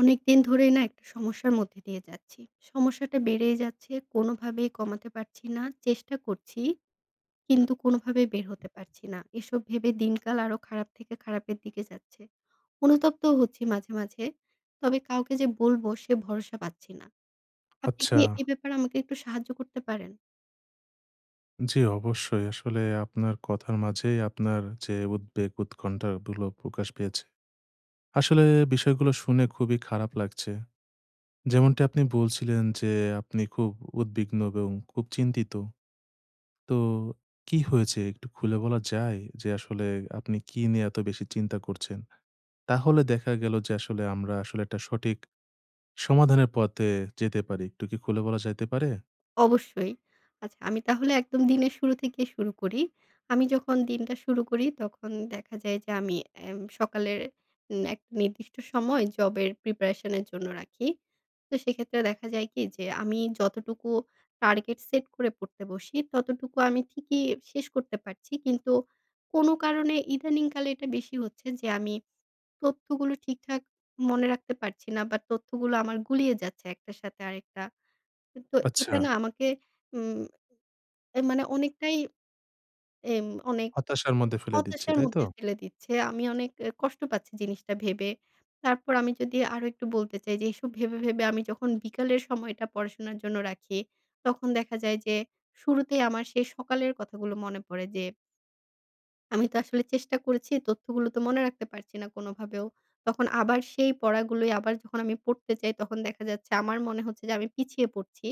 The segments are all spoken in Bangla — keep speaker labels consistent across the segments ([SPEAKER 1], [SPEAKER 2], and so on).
[SPEAKER 1] অনেকদিন ধরেই না একটা সমস্যার মধ্যে দিয়ে যাচ্ছি। সমস্যাটা বেড়েই যাচ্ছে। কোনোভাবেই কমাতে পারছি না। চেষ্টা করছি, কিন্তু কোনোভাবেই বের হতে পারছি না। এসব ভেবে দিনকাল আরো খারাপ থেকে খারাপের দিকে যাচ্ছে। অনুতপ্তও হচ্ছি মাঝে, মাঝে। তবে কাউকে যে বলবো সে ভরসা পাচ্ছি না। আপনি কি
[SPEAKER 2] আচ্ছা।
[SPEAKER 1] এ ব্যাপারে আমাকে একটু সাহায্য করতে পারেন?
[SPEAKER 2] জি, অবশ্যই। আসলে আপনার কথার মাঝেই আপনার যে উদ্বেগ, উৎকণ্ঠাগুলো প্রকাশ পেয়েছে। আসলে বিষয়গুলো শুনে খুবই খারাপ লাগছে। যেমনটি আপনি বলছিলেন যে আপনি খুব উদ্বিগ্ন এবং খুব চিন্তিত। তো কি হয়েছে একটু খুলে বলা যায়? যে আসলে আপনি কি নিয়ে এত বেশি চিন্তা করছেন? তাহলে দেখা গেল যে আসলে আমরা আসলে একটা সঠিক সমাধানের পথে যেতে পারি। একটু কি খুলে বলা যাইতে পারে?
[SPEAKER 1] অবশ্যই। আচ্ছা, আমি তাহলে একদম দিনের শুরু থেকেই শুরু করি। আমি যখন দিনটা শুরু করি তখন দেখা যায় যে আমি সকালের একটা নির্দিষ্ট সময় জবের প্রিপারেশন এর জন্য রাখি। তো সেক্ষেত্রে দেখা যায় কি, যে আমি যতটুকু টার্গেট সেট করে পড়তে বসি ততটুকু আমি ঠিকই শেষ করতে পারছি। কিন্তু কোনো কারণে ইদানিংকালে এটা বেশি হচ্ছে যে আমি তথ্যগুলো ঠিকঠাক মনে রাখতে পারছি না, বা তথ্যগুলো আমার গুলিয়ে যাচ্ছে একটার সাথে আরেকটা। তো
[SPEAKER 2] আচ্ছা,
[SPEAKER 1] এটা না আমাকে উম মানে অনেকটাই এম অনেক
[SPEAKER 2] হতাশার মধ্যে ফেলে দিচ্ছে,
[SPEAKER 1] হতাশার
[SPEAKER 2] তাই তো?
[SPEAKER 1] মধ্যে ফেলে দিচ্ছে। আমি অনেক কষ্ট পাচ্ছি জিনিসটা ভেবে। তারপর আমি যদি আরো একটু বলতে চাই, যে এসব ভেবে, ভেবে আমি যখন বিকালের সময়টা পড়াশোনার জন্য রাখি, তখন দেখা যায় যে শুরুতেই আমার সেই সকালের কথাগুলো মনে পড়ে যে আমি তো আসলে চেষ্টা করেছি, তথ্যগুলো তো মনে রাখতে পারছি না কোনোভাবেও। তখন আবার সেই পড়াগুলোই আবার যখন আমি পড়তে চাই, তখন দেখা যাচ্ছে আমার মনে হচ্ছে যে আমি পিছিয়ে পড়ছি।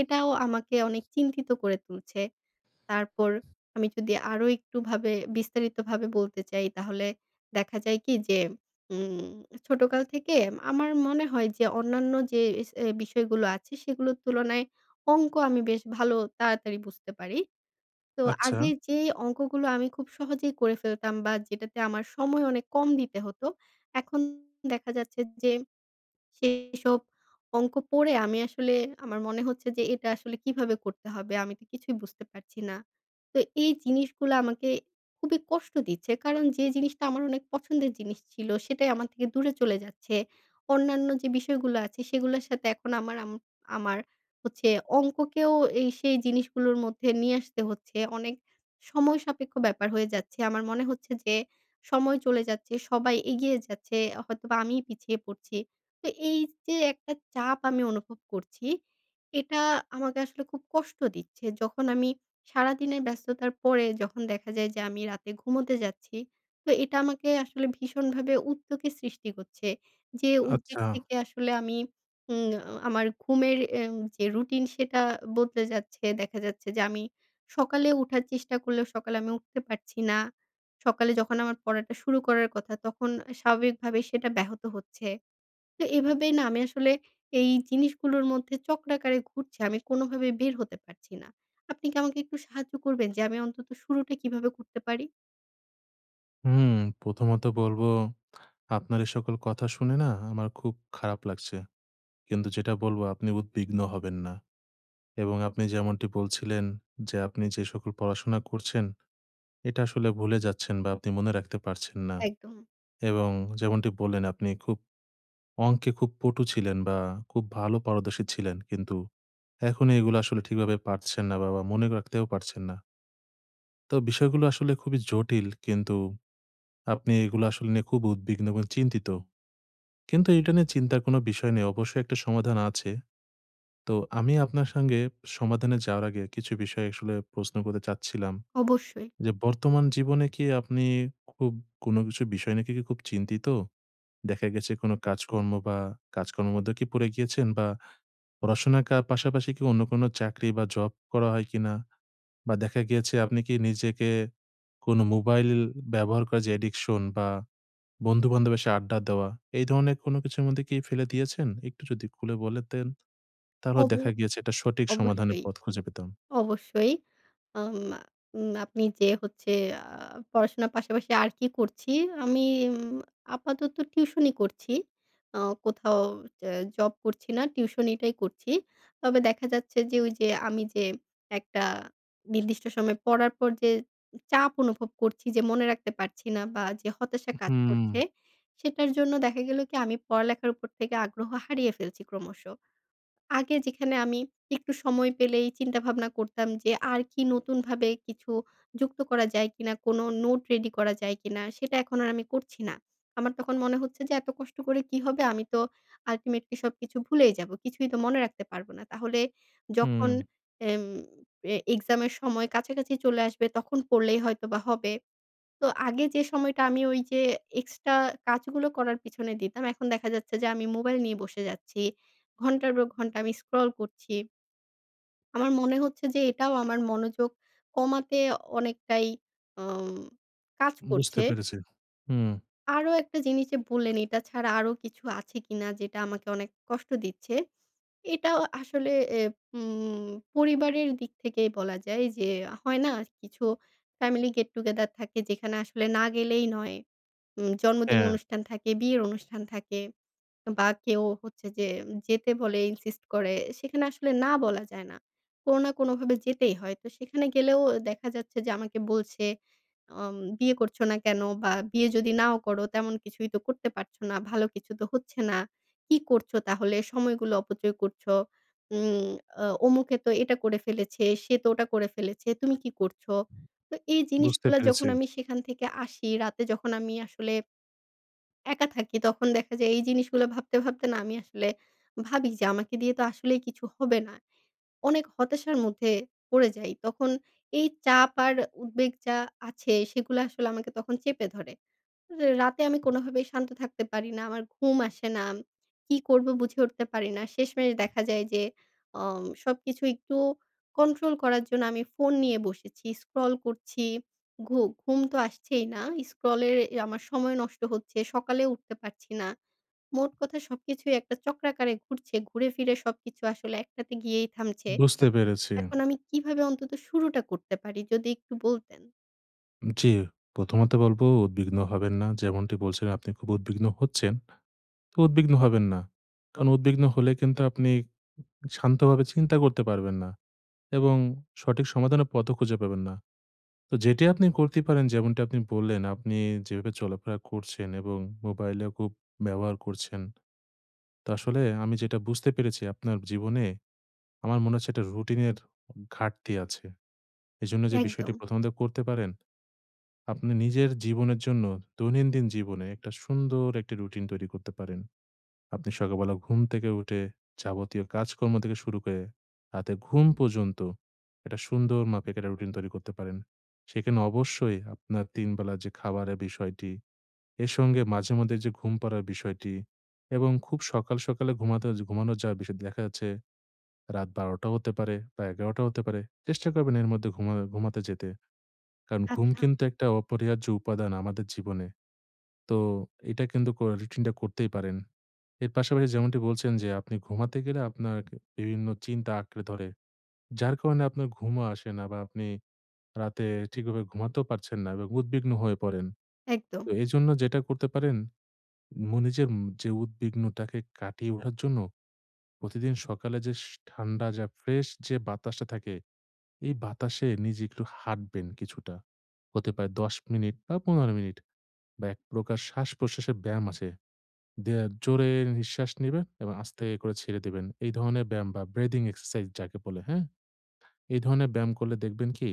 [SPEAKER 1] এটাও আমাকে অনেক চিন্তিত করে তুলছে। তারপর আমি যদি আরো একটু ভাবে বিস্তারিতভাবে বলতে চাই, তাহলে দেখা যায় কি যে উম ছোটকাল থেকে আমার মনে হয় যে অন্যান্য যে এস এ বিষয়গুলো আছে সেগুলোর তুলনায় অঙ্ক আমি বেশ ভালো, তাড়াতাড়ি বুঝতে পারি। তো
[SPEAKER 2] আচ্ছা,
[SPEAKER 1] আগে যে অঙ্কগুলো আমি খুব সহজেই করে ফেলতাম, বা যেটাতে আমার সময় অনেক কম দিতে হতো, এখন দেখা যাচ্ছে যে সেসব অঙ্ক পড়ে আমি আসলে, আমার মনে হচ্ছে যে এটা আসলে কিভাবে করতে হবে? আমি তো কিছুই বুঝতে পারছি না। তো এই জিনিসগুলা আমাকে খুবই কষ্ট দিচ্ছে। কারণ যে জিনিসটা আমার অনেক পছন্দের জিনিস ছিল, সেটাই আমার থেকে দূরে চলে যাচ্ছে। অন্যান্য যে বিষয়গুলো আছে সেগুলোর সাথে এখন আমার হচ্ছে অঙ্ককেও এই সেই জিনিসগুলোর মধ্যে নিয়ে আসতে হচ্ছে। অনেক সময় সাপেক্ষ ব্যাপার হয়ে যাচ্ছে। আমার মনে হচ্ছে যে সময় চলে যাচ্ছে, সবাই এগিয়ে যাচ্ছে, হয়তোবা আমিই পিছিয়ে পড়ছি। তো এই যে একটা চাপ আমি অনুভব করছি, এটা আমাকে আসলে খুব কষ্ট দিচ্ছে। যখন আমি সারাদিনের ব্যস্ততার পরে যখন দেখা যায় যে আমি রাতে ঘুমোতে যাচ্ছি, তো এটা আমাকে আসলে ভীষণভাবে উদ্বেগের সৃষ্টি করছে। যে উদ্বেগ
[SPEAKER 2] আচ্ছা।
[SPEAKER 1] থেকে আসলে আমি উম আমার ঘুমের যে রুটিন সেটা বদলে যাচ্ছে। দেখা যাচ্ছে যে আমি সকালে উঠার চেষ্টা করলেও সকালে আমি উঠতে পারছি না। সকালে যখন আমার পড়াটা শুরু করার কথা, তখন স্বাভাবিকভাবে সেটা ব্যাহত হচ্ছে। তো এভাবেই না আমি আসলে এই জিনিসগুলোর মধ্যে চক্রাকারে ঘুরছি। আমি কোনোভাবে বের হতে পারছি না। আপনি কি আমাকে একটু সাহায্য করবেন যে আমি অন্তত শুরুটা কিভাবে করতে পারি?
[SPEAKER 2] হুম, প্রথমত বলব আপনার এ সকল কথা শুনে না আমার খুব খারাপ লাগছে। কিন্তু যেটা বলব আপনি উদ্বিগ্ন হবেন না। এবং আপনি যেমনটি বলছিলেন যে, আপনি যে সকল পড়াশোনা করছেন এটা আসলে ভুলে যাচ্ছেন বা আপনি মনে রাখতে পারছেন না।
[SPEAKER 1] একদম।
[SPEAKER 2] এবং যেমনটি বললেন আপনি খুব অঙ্কে খুব পটু ছিলেন বা খুব ভালো পারদর্শী ছিলেন। কিন্তু এখন এগুলো আসলে ঠিকভাবে পারছেন না বা মনে রাখতেও পারছেন না। তো বিষয়গুলো আসলে খুবই জটিল। কিন্তু আপনি এগুলো আসলে নিয়ে খুব উদ্বিগ্ন এবং চিন্তিত। কিন্তু এটা নিয়ে চিন্তার কোনো বিষয় নেই। অবশ্যই একটা সমাধান আছে। তো আমি আপনার সঙ্গে সমাধানে যাওয়ার আগে কিছু বিষয় আসলে প্রশ্ন করতে চাচ্ছিলাম।
[SPEAKER 1] অবশ্যই।
[SPEAKER 2] যে বর্তমান জীবনে কি আপনি খুব কোনো কিছু বিষয় নিয়ে কি খুব চিন্তিত? দেখা গেছে কোনো কাজকর্ম বা কাজকর্মের মধ্যে কি পড়ে গিয়েছেন? বা পড়াশোনার পাশাপাশি কি অন্য কোনো চাকরি বা জব করা হয় কিনা? বা দেখা গিয়েছে আপনি কি নিজেকে কোনো মোবাইল ব্যবহার করার যে অ্যাডিকশন বা বন্ধু-বান্ধবের সাথে আড্ডা দেওয়া, এই ধরনের কোনো কিছুর মধ্যে কি ফেলে দিয়েছেন? একটু যদি খুলে বলতেন, তাহলে
[SPEAKER 1] অব
[SPEAKER 2] দেখা গিয়েছে এটা সঠিক সমাধানের
[SPEAKER 1] অবশ্যই।
[SPEAKER 2] পথ খুঁজে পেতাম।
[SPEAKER 1] অবশ্যই। আম আপনি যে হচ্ছে আ পড়াশোনার পাশাপাশি আর কি করছি? আমি উম আপাতত টিউশনি করছি। আ কোথাও যে জব করছি না, টিউশনিটাই করছি। তবে দেখা যাচ্ছে যে ওই যে আমি যে একটা নির্দিষ্ট সময় পড়ার পর যে চাপ অনুভব করছি, যে মনে রাখতে পারছি না বা যে হতাশা কাজ
[SPEAKER 2] হুম,
[SPEAKER 1] করছে, সেটার জন্য দেখা গেল কি আমি পড়ালেখার উপর থেকে আগ্রহ হারিয়ে ফেলছি ক্রমশ। আগে যেখানে আমি একটু সময় পেলেই চিন্তা ভাবনা করতাম যে আর কি নতুনভাবে কিছু যুক্ত করা যায় কিনা, কোনো নোট রেডি করা যায় কিনা, সেটা এখন আর আমি করছি না। আমার তখন মনে হচ্ছে যে এত কষ্ট করে কি হবে? আমি তো আল্টিমেটলি সবকিছু ভুলেই যাবো। কিছুই তো মনে রাখতে পারবো না। তাহলে
[SPEAKER 2] হুম,
[SPEAKER 1] যখন এম এক্সামের সময় কাছাকাছি চলে আসবে, তখন পড়লেই হয়তোবা হবে। তো আগে যে সময়টা আমি ওই যে এক্সট্রা কাজগুলো করার পিছনে দিতাম, এখন দেখা যাচ্ছে যে আমি মোবাইল নিয়ে বসে যাচ্ছি। ঘন্টার পর ঘন্টা আমি স্ক্রল করছি। আমার মনে হচ্ছে যে এটাও আমার মনোযোগ কমাতে অনেকটাই আম কাজ
[SPEAKER 2] বুঝতে
[SPEAKER 1] করছে।
[SPEAKER 2] পেরেছি। হুম,
[SPEAKER 1] আরো একটা জিনিস যে বললেন, এটা ছাড়া আরো কিছু আছে কিনা যেটা আমাকে অনেক কষ্ট দিচ্ছে। এটাও আসলে এ উম পরিবারের দিক থেকেই বলা যায় যে, হয় না কিছু ফ্যামিলি গেট টুগেদার থাকে, যেখানে আসলে না গেলেই নয়। জন্মদিনের
[SPEAKER 2] হ্যাঁ,
[SPEAKER 1] অনুষ্ঠান থাকে, বিয়ের অনুষ্ঠান থাকে, বা কেউ হচ্ছে যে যেতে বলে ইনসিস্ট করে। সেখানে আসলে না বলা যায় না। কোনো না কোনোভাবে যেতেই হয়। তো সেখানে গেলেও দেখা যাচ্ছে যে আমাকে বলছে, "বিয়ে করছো না কেন? বা বিয়ে যদি নাও করো, তেমন কিছুই তো করতে পারছো না। ভালো কিছু তো হচ্ছে না। কি করছো তাহলে? সময়গুলো অপচয় করছো। উম অমুকে তো এটা করে ফেলেছে, সে তো ওটা করে ফেলেছে। তুমি কি করছো?" তো এই
[SPEAKER 2] বুঝতে
[SPEAKER 1] জিনিসগুলা যখন
[SPEAKER 2] পেরেছি,
[SPEAKER 1] আমি সেখান থেকে আসি, রাতে যখন আমি আসলে একা থাকি, তখন দেখা যায় এই জিনিসগুলো ভাবতে, ভাবতে না আমি আসলে ভাবি যে আমাকে দিয়ে তো আসলেই কিছু হবে না। অনেক হতাশার মধ্যে পড়ে যাই। তখন এই চাপ আর উদ্বেগ যা আছে, সেগুলো আসলে আমাকে তখন চেপে ধরে। রাতে আমি কোনোভাবেই শান্ত থাকতে পারি না। আমার ঘুম আসে না। কি করব বুঝে উঠতে পারি না। শেষমেশ দেখা যায় যে সবকিছু একটু কন্ট্রোল করার জন্য আমি ফোন নিয়ে বসেছি। স্ক্রল করছি। ঘুম তো আসছেই না। স্ক্রলের আমার সময় নষ্ট হচ্ছে। সকালে উঠতে পারছি না। মোট কথা, সবকিছুই একটা চক্রাকারে ঘুরছে। ঘুরে ফিরে সবকিছু আসলে একটাতে গিয়েই থামছে।
[SPEAKER 2] বুঝতে পেরেছি।
[SPEAKER 1] এখন আমি কিভাবে অন্তত শুরুটা করতে পারি, যদি একটু বলতেন?
[SPEAKER 2] জি, প্রথমত বলব উদ্বিগ্ন হবেন না। যেমনটি বলছিলেন আপনি খুব উদ্বিগ্ন হচ্ছেন। তো উদ্বিগ্ন হবেন না। কারণ উদ্বিগ্ন হলে কিন্তু আপনি শান্তভাবে চিন্তা করতে পারবেন না এবং সঠিক সমাধানের পথও খুঁজে পাবেন না। তো যেটি আপনি করতে পারেন যেমনটি আপনি বললেন, আপনি যেভাবে চলাফেরা করছেন এবং মোবাইলেও খুব ব্যবহার করছেন। তো আসলে আমি যেটা বুঝতে পেরেছি আপনার জীবনে আমার মনে হচ্ছে একটা রুটিনের ঘাটতি আছে। এজন্য যে
[SPEAKER 1] একদম।
[SPEAKER 2] বিষয়টি প্রথমত করতে পারেন, আপনি নিজের জীবনের জন্য দৈনন্দিন জীবনে একটা সুন্দর একটি রুটিন তৈরি করতে পারেন। আপনি সকালবেলা ঘুম থেকে উঠে যাবতীয় কাজকর্ম থেকে শুরু করে রাতে ঘুম পর্যন্ত একটা সুন্দর মাপে একটা রুটিন তৈরি করতে পারেন। সেখানে অবশ্যই আপনার ৩ বেলা যে খাবারের বিষয়টি, এর সঙ্গে মাঝে মধ্যে যে ঘুম পাড়ার বিষয়টি এবং খুব সকাল, সকালে ঘুমাতে ঘুমানো যাওয়ার বিষয় দেখা যাচ্ছে রাত ১২:০০ হতে পারে বা ১১:০০ হতে পারে। চেষ্টা করবেন এর মধ্যে ঘুমাতে যেতে। কারণ ঘুম
[SPEAKER 1] আচ্ছা।
[SPEAKER 2] কিন্তু একটা অপরিহার্য উপাদান আমাদের জীবনে। তো এটা কিন্তু রুটিনটা করতেই পারেন। এর পাশাপাশি যেমনটি বলছেন যে আপনি ঘুমাতে গেলে আপনার বিভিন্ন চিন্তা আঁকড়ে ধরে। যার কারণে আপনার ঘুমও আসে না বা আপনি রাতে ঠিকভাবে ঘুমাতেও পারছেন না এবং উদ্বিগ্ন হয়ে পড়েন।
[SPEAKER 1] একদম।
[SPEAKER 2] তো এজন্য যেটা করতে পারেন নিজের যে উদ্বিগ্নটাকে কাটিয়ে ওঠার জন্য প্রতিদিন সকালে যে ঠান্ডা ফ্রেশ যে বাতাসটা থাকে, এই বাতাসে নিজে একটু হাঁটবেন কিছুটা। হতে পারে ১০ মিনিট বা ১৫ মিনিট বা এক প্রকার শ্বাস-প্রশ্বাসের ব্যায়াম আছে। দিয়ে জোরে নিঃশ্বাস নিবেন এবং আস্তে করে ছেড়ে দিবেন। এই ধরনের ব্যায়াম বা ব্রেদিং এক্সারসাইজ যাকে বলে, হ্যাঁ? এই ধরনের ব্যায়াম করলে দেখবেন কি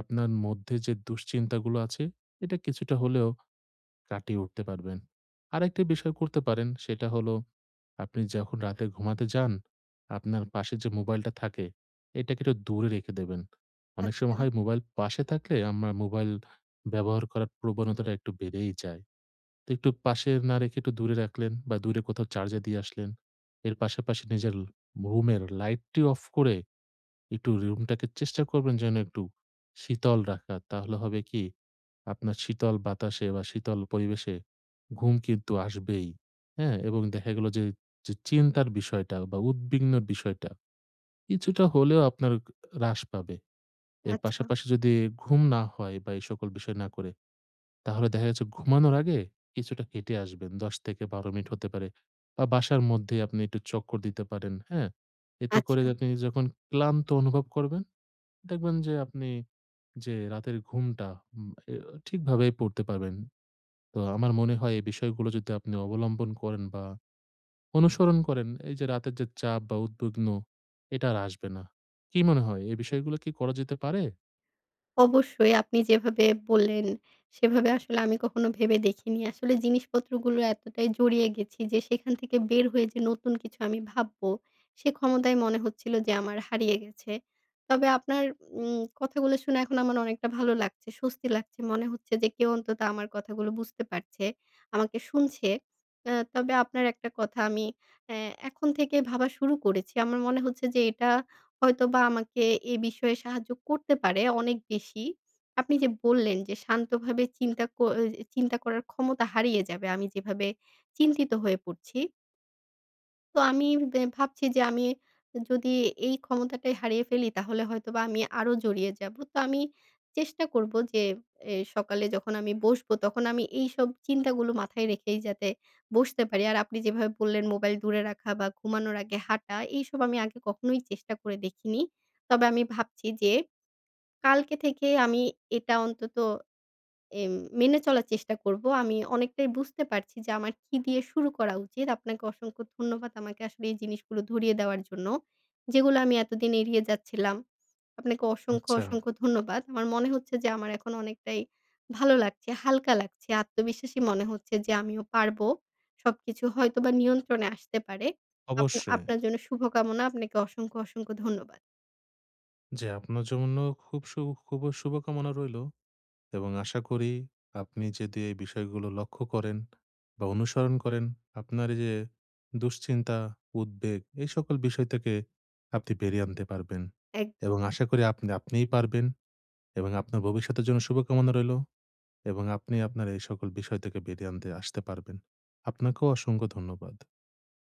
[SPEAKER 2] আপনার মধ্যে যে দুশ্চিন্তাগুলো আছে এটা কিছুটা হলেও কাটিয়ে উঠতে পারবেন। আরেকটি বিষয় করতে পারেন সেটা হলো আপনি যখন রাতে ঘুমাতে যান, আপনার পাশে যে মোবাইলটা থাকে এটাকে একটু দূরে রেখে দেবেন। অনেক
[SPEAKER 1] আচ্ছা,
[SPEAKER 2] সময় হয় মোবাইল পাশে থাকলে আমরা মোবাইল ব্যবহার করার প্রবণতাটা একটু বেড়েই যায়। তো একটু পাশে না রেখে একটু দূরে রাখলেন বা দূরে কোথাও চার্জে দিয়ে আসলেন। এর পাশাপাশি নিজের রুমের লাইটটি অফ করে একটু রুমটাকে চেষ্টা করবেন যেন একটু শীতল রাখা। তাহলে হবে কি আপনার শীতল বাতাসে বা শীতল পরিবেশে ঘুম কিন্তু আসবেই। হ্যাঁ? এবং দেখা গেল যে, যে চিন্তার বিষয়টা বা উদ্বিগ্নর বিষয়টা কিছুটা হলেও আপনার হ্রাস পাবে। এর
[SPEAKER 1] আচ্ছা।
[SPEAKER 2] পাশাপাশি যদি ঘুম না হয় বা এই সকল বিষয় না করে তাহলে দেখা যাচ্ছে ঘুমানোর আগে কিছুটা হেঁটে আসবেন। ১০ থেকে ১২ মিনিট হতে পারে। বা বাসার মধ্যে আপনি একটু চক্কর দিতে পারেন, হ্যাঁ? এতে
[SPEAKER 1] আচ্ছা,
[SPEAKER 2] করে আপনি যখন ক্লান্ত অনুভব করবেন, দেখবেন যে আপনি যে রাতের ঘুমটা উম এ ঠিকভাবেই পড়তে পারবেন। তো আমার মনে হয় এই বিষয়গুলো যদি আপনি অবলম্বন করেন বা অনুসরণ করেন, এই যে রাতের যে চাপ বা উদ্বিগ্ন, এটা আর আসবে না। কি মনে হয় এই বিষয়গুলো কি করা যেতে পারে?
[SPEAKER 1] অবশ্যই আপনি যেভাবে বললেন, সেভাবে আসলে আমি কখনো ভেবে দেখিনি। আসলে জিনিসপত্রগুলো এতটাই জড়িয়ে গেছি যে সেখান থেকে বের হয়ে যে নতুন কিছু আমি ভাববো, সে ক্ষমতাই মনে হচ্ছিল যে আমার হারিয়ে গেছে। তবে আপনার কথাগুলো শুনে এখন আমার অনেকটা ভালো লাগছে, স্বস্তি লাগছে। মনে হচ্ছে যে কেউ অন্তত আমার কথাগুলো বুঝতে পারছে, আমাকে শুনছে। তবে আপনার একটা কথা আমি অ্যা এখন থেকে ভাবা শুরু করেছি। আমার মনে হচ্ছে যে এটা হয়তোবা আমাকে এ বিষয়ে সাহায্য করতে পারে অনেক বেশি। আপনি যে বললেন যে শান্তভাবে চিন্তা চিন্তা করার ক্ষমতা হারিয়ে যাবে, আমি যেভাবে চিন্তিত হয়ে পড়ছি। তো আমি ভাবছি যে আমি যদি এই ক্ষমতাটাই হারিয়ে ফেলি, তাহলে হয়তোবা আমি আরো জড়িয়ে যাবো। তো আমি চেষ্টা করব যে এ সকালে যখন আমি বসবো, তখন আমি এইসব চিন্তাগুলো মাথায় রেখেই যাতে বসতে পারি। আর আপনি যেভাবে বললেন মোবাইল দূরে রাখা বা ঘুমানোর আগে হাঁটা, এইসব আমি আগে কখনোই চেষ্টা করে দেখিনি। তবে আমি ভাবছি যে কালকে থেকে আমি এটা অন্তত এম মেনে চলার চেষ্টা করব। আমি অনেকটাই বুঝতে পারছি যে আমার কি দিয়ে শুরু করা উচিত। আপনাকে অসংখ্য ধন্যবাদ, আমাকে আসলে এই জিনিসগুলো ধরিয়ে দেওয়ার জন্য। যেগুলো আমি এতদিন এড়িয়ে যাচ্ছিলাম। আপনাকে অসংখ্য,
[SPEAKER 2] আচ্ছা,
[SPEAKER 1] অসংখ্য ধন্যবাদ। আমার মনে হচ্ছে যে আমার এখন অনেকটাই ভালো লাগছে, হালকা লাগছে। আত্মবিশ্বাসী মনে হচ্ছে যে আমিও পারবো। সবকিছু হয়তোবা নিয়ন্ত্রণে আসতে পারে।
[SPEAKER 2] অবশ্যই।
[SPEAKER 1] আপনার জন্য শুভকামনা। আপনাকে অসংখ্য, অসংখ্য ধন্যবাদ।
[SPEAKER 2] জি, আপনার জন্য খুব খুব শুভকামনা রইলো। এবং আশা করি আপনি যদি এই বিষয়গুলো লক্ষ্য করেন বা অনুসরণ করেন, আপনার এই যে দুশ্চিন্তা, উদ্বেগ এই সকল বিষয় থেকে আপনি বেরিয়ে আনতে পারবেন।
[SPEAKER 1] একদম।
[SPEAKER 2] এবং আশা করি আপনিই পারবেন এবং আপনার ভবিষ্যতের জন্য শুভকামনা রইলো এবং আপনি আপনার এই সকল বিষয় থেকে বেরিয়ে আনতে আসতে পারবেন। আপনাকেও অসংখ্য ধন্যবাদ।